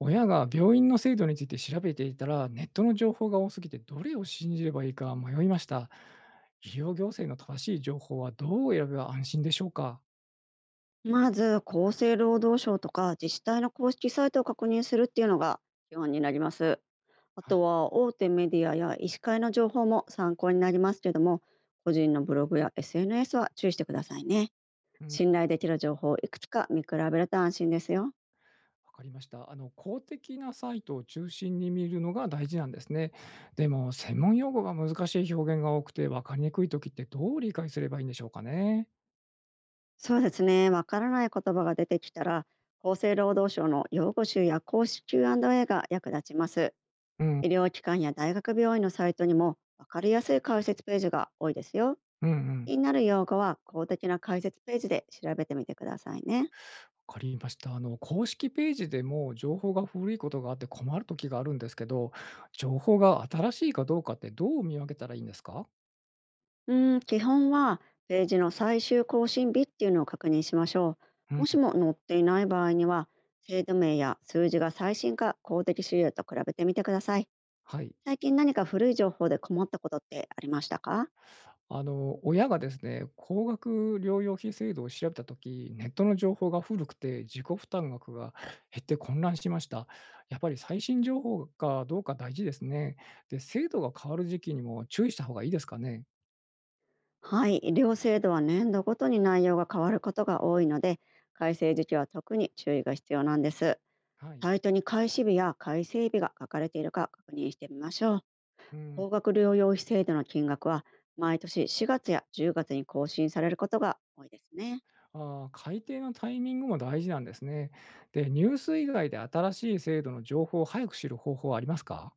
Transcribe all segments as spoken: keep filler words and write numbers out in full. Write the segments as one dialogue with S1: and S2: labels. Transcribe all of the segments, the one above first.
S1: 親が病院の制度について調べていたら、ネットの情報が多すぎてどれを信じればいいか迷いました。医療行政の正しい情報はどう選べば安心でしょうか？
S2: まず、厚生労働省とか自治体の公式サイトを確認するっていうのが基本になります。あ
S1: はい。
S2: とは、大手メディアや医師会の情報も参考になりますけども、個人のブログや エスエヌエス は注意してくださいね。
S1: うん、
S2: 信頼できる情報をいくつか見比べると安心ですよ。
S1: わかりました。あの、公的なサイトを中心に見るのが大事なんですね。でも、専門用語が難しい表現が多くて分かりにくいときってどう理解すればいいんでしょうかね？
S2: そうですね、わからない言葉が出てきたら、厚生労働省の用語集や公式 キューアンドエー が役立ちます。
S1: うん。
S2: 医療機関や大学病院のサイトにも、わかりやすい解説ページが多いですよ。
S1: うんうん。
S2: 気になる用語は公的な解説ページで調べてみてくださいね。
S1: わかりました。あの、公式ページでも情報が古いことがあって困る時があるんですけど、情報が新しいかどうかってどう見分けたらいいんですか？
S2: うん、基本はページの最終更新日っていうのを確認しましょ
S1: う
S2: う。
S1: ん。
S2: もしも載っていない場合には、制度名や数字が最新か公的資料と比べてみてください。
S1: はい。
S2: 最近何か古い情報で困ったことってありましたか？
S1: あの、親がですね、高額療養費制度を調べたとき、ネットの情報が古くて自己負担額が減って混乱しました。やっぱり最新情報かどうか大事ですね。で、制度が変わる時期にも注意した方がいいですかね。
S2: はい、両制度は年度ごとに内容が変わることが多いので、改正時期は特に注意が必要なんです。
S1: はい。
S2: サイトに開始日や改正日が書かれているか確認してみましょう。
S1: うん。
S2: 高額療養費制度の金額は毎年しがつやじゅうがつに更新されることが多いですね。
S1: ああ、改定のタイミングも大事なんですね。で、ニュース以外で新しい制度の情報を早く知る方法はありますか？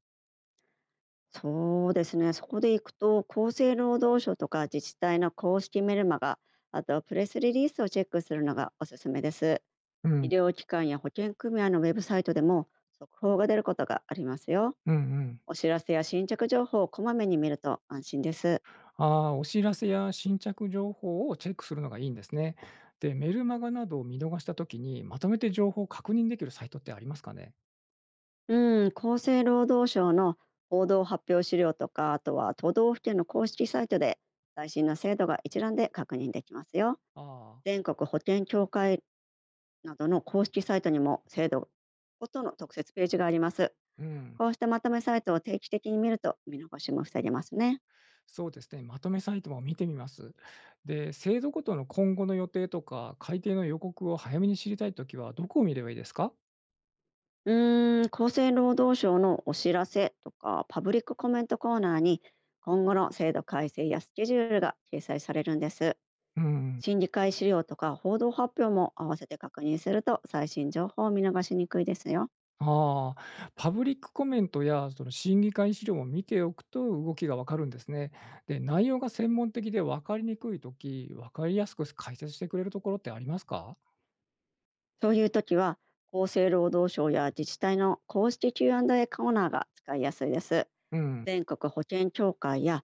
S2: そうですね。そこで行くと厚生労働省とか自治体の公式メルマガ、あとプレスリリースをチェックするのがおすすめです。
S1: う
S2: 医
S1: ん、
S2: 療機関や保険組合のウェブサイトでも速報が出ることがありますよ。
S1: うんうん。
S2: お知らせや新着情報をこまめに見ると安心です。
S1: ああ、お知らせや新着情報をチェックするのがいいんですね。で、メルマガなどを見逃したときに、まとめて情報を確認できるサイトってありますかね？
S2: うん、厚生労働省の報道発表資料とか、あとは都道府県の公式サイトで最新の制度が一覧で確認できますよ。
S1: ああ、
S2: 全国保険協会などの公式サイトにも制度ごとの特設ページがあります。
S1: うん。
S2: こうしたまとめサイトを定期的に見ると見逃しも防げますね。
S1: そうですね。まとめサイトも見てみます。で、制度ごとの今後の予定とか、改定の予告を早めに知りたいときは、どこを見ればいいですか？
S2: うーん、厚生労働省のお知らせとかパブリックコメントコーナーに今後の制度改正やスケジュールが掲載されるんです。
S1: うん。
S2: 審議会資料とか報道発表も合わせて確認すると最新情報を見逃しにくいですよ。
S1: ああ、パブリックコメントやその審議会資料を見ておくと動きがわかるんですね。で、内容が専門的でわかりにくいとき、わかりやすく解説してくれるところってありますか？
S2: そういう時は厚生労働省や自治体の公式 キューアンドエー コーナーが使いやすいです。
S1: うん。
S2: 全国保険協会や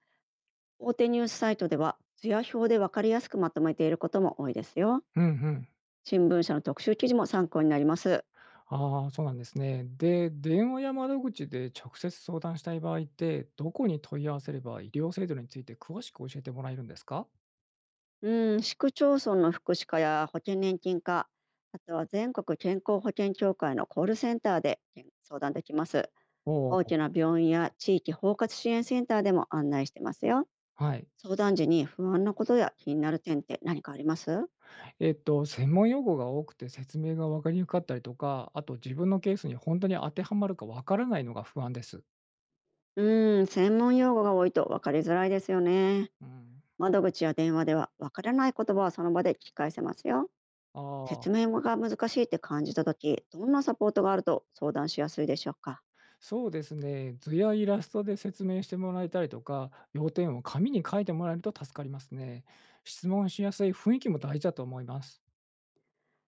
S2: 大手ニュースサイトでは図や表で分かりやすくまとめていることも多いですよ。
S1: うんうん。
S2: 新聞社の特集記事も参考になります。
S1: ああ、そうなんですね。で、電話や窓口で直接相談したい場合って、どこに問い合わせれば医療制度について詳しく教えてもらえるんですか？
S2: うん、市区町村の福祉課や保険年金課、あとは全国健康保険協会のコールセンターで相談できます。
S1: お
S2: 大
S1: ー、
S2: きな病院や地域包括支援センターでも案内してますよ。
S1: はい。
S2: 相談時に不安なことや気になる点って何かあります？
S1: えっと、専門用語が多くて説明が分かりにくかったりとか、あと自分のケースに本当に当てはまるか分からないのが不安です。
S2: うーん、専門用語が多いと分かりづらいですよね。
S1: うん。
S2: 窓口や電話では分からない言葉はその場で聞き返せますよ。
S1: ああ、
S2: 説明が難しいって感じた時、どんなサポートがあると相談しやすいでしょうか？
S1: そうですね。図やイラストで説明してもらえたりとか、要点を紙に書いてもらえると助かりますね。質問しやすい雰囲気も大事だと思います。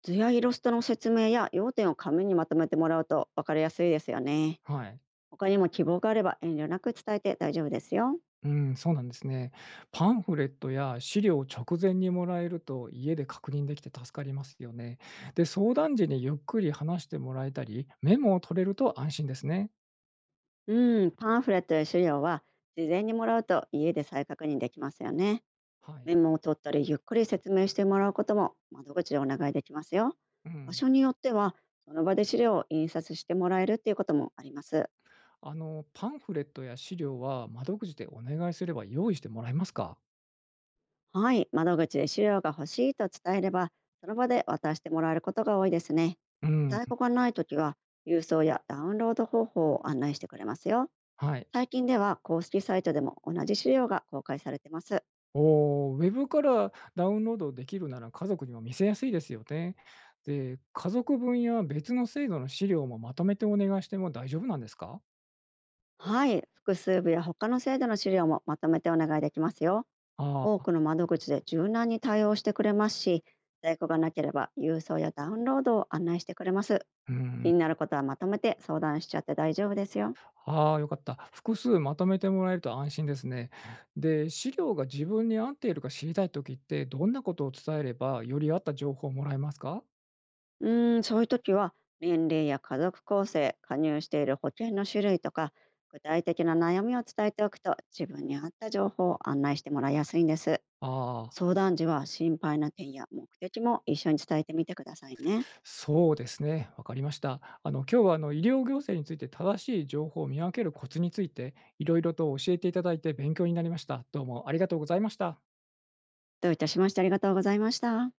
S2: 図やイラストの説明や要点を紙にまとめてもらうと分かりやすいですよね。
S1: はい。
S2: 他にも希望があれば遠慮なく伝えて大丈夫ですよ。
S1: うん、そうなんですね。パンフレットや資料を直前にもらえると家で確認できて助かりますよね。で、相談時にゆっくり話してもらえたり、メモを取れると安心ですね。
S2: うん、パンフレットや資料は事前にもらうと家で再確認できますよね。
S1: はい。
S2: メモを取ったりゆっくり説明してもらうことも窓口でお願いできますよ。
S1: う
S2: 場
S1: ん。
S2: 所によってはその場で資料を印刷してもらえるっていうこともあります。
S1: あの、パンフレットや資料は窓口でお願いすれば用意してもらえますか？
S2: はい、窓口で資料が欲しいと伝えればその場で渡してもらえることが多いですね。
S1: うん。
S2: 在庫がないときは郵送やダウンロード方法を案内してくれますよ。
S1: はい。
S2: 最近では公式サイトでも同じ資料が公開されてます。
S1: おー、ウェブからダウンロードできるなら家族にも見せやすいですよね。で、家族分や別の制度の資料もまとめてお願いしても大丈夫なんですか？
S2: はい、複数部や他の制度の資料もまとめてお願いできますよ。
S1: あ
S2: 多
S1: あー、
S2: くの窓口で柔軟に対応してくれますし、在庫がなければ郵送やダウンロードを案内してくれます。
S1: うん。
S2: 気になることはまとめて相談しちゃって大丈夫ですよ。
S1: ああ、よかった。複数まとめてもらえると安心ですね。で、資料が自分に合っているか知りたいときって、どんなことを伝えれば、より合った情報をもらえますか？
S2: うーん、そういう時は年齢や家族構成、加入している保険の種類とか、具体的な悩みを伝えておくと自分に合った情報を案内してもらいやすいんです。
S1: ああー。
S2: 相談時は心配な点や目的も一緒に伝えてみてくださいね。
S1: そうですね、わかりました。あの今日はあの医療行政について正しい情報を見分けるコツについていろいろと教えていただいて勉強になりました。どうもありがとうございました。
S2: どういたしまして、ありがとうございました。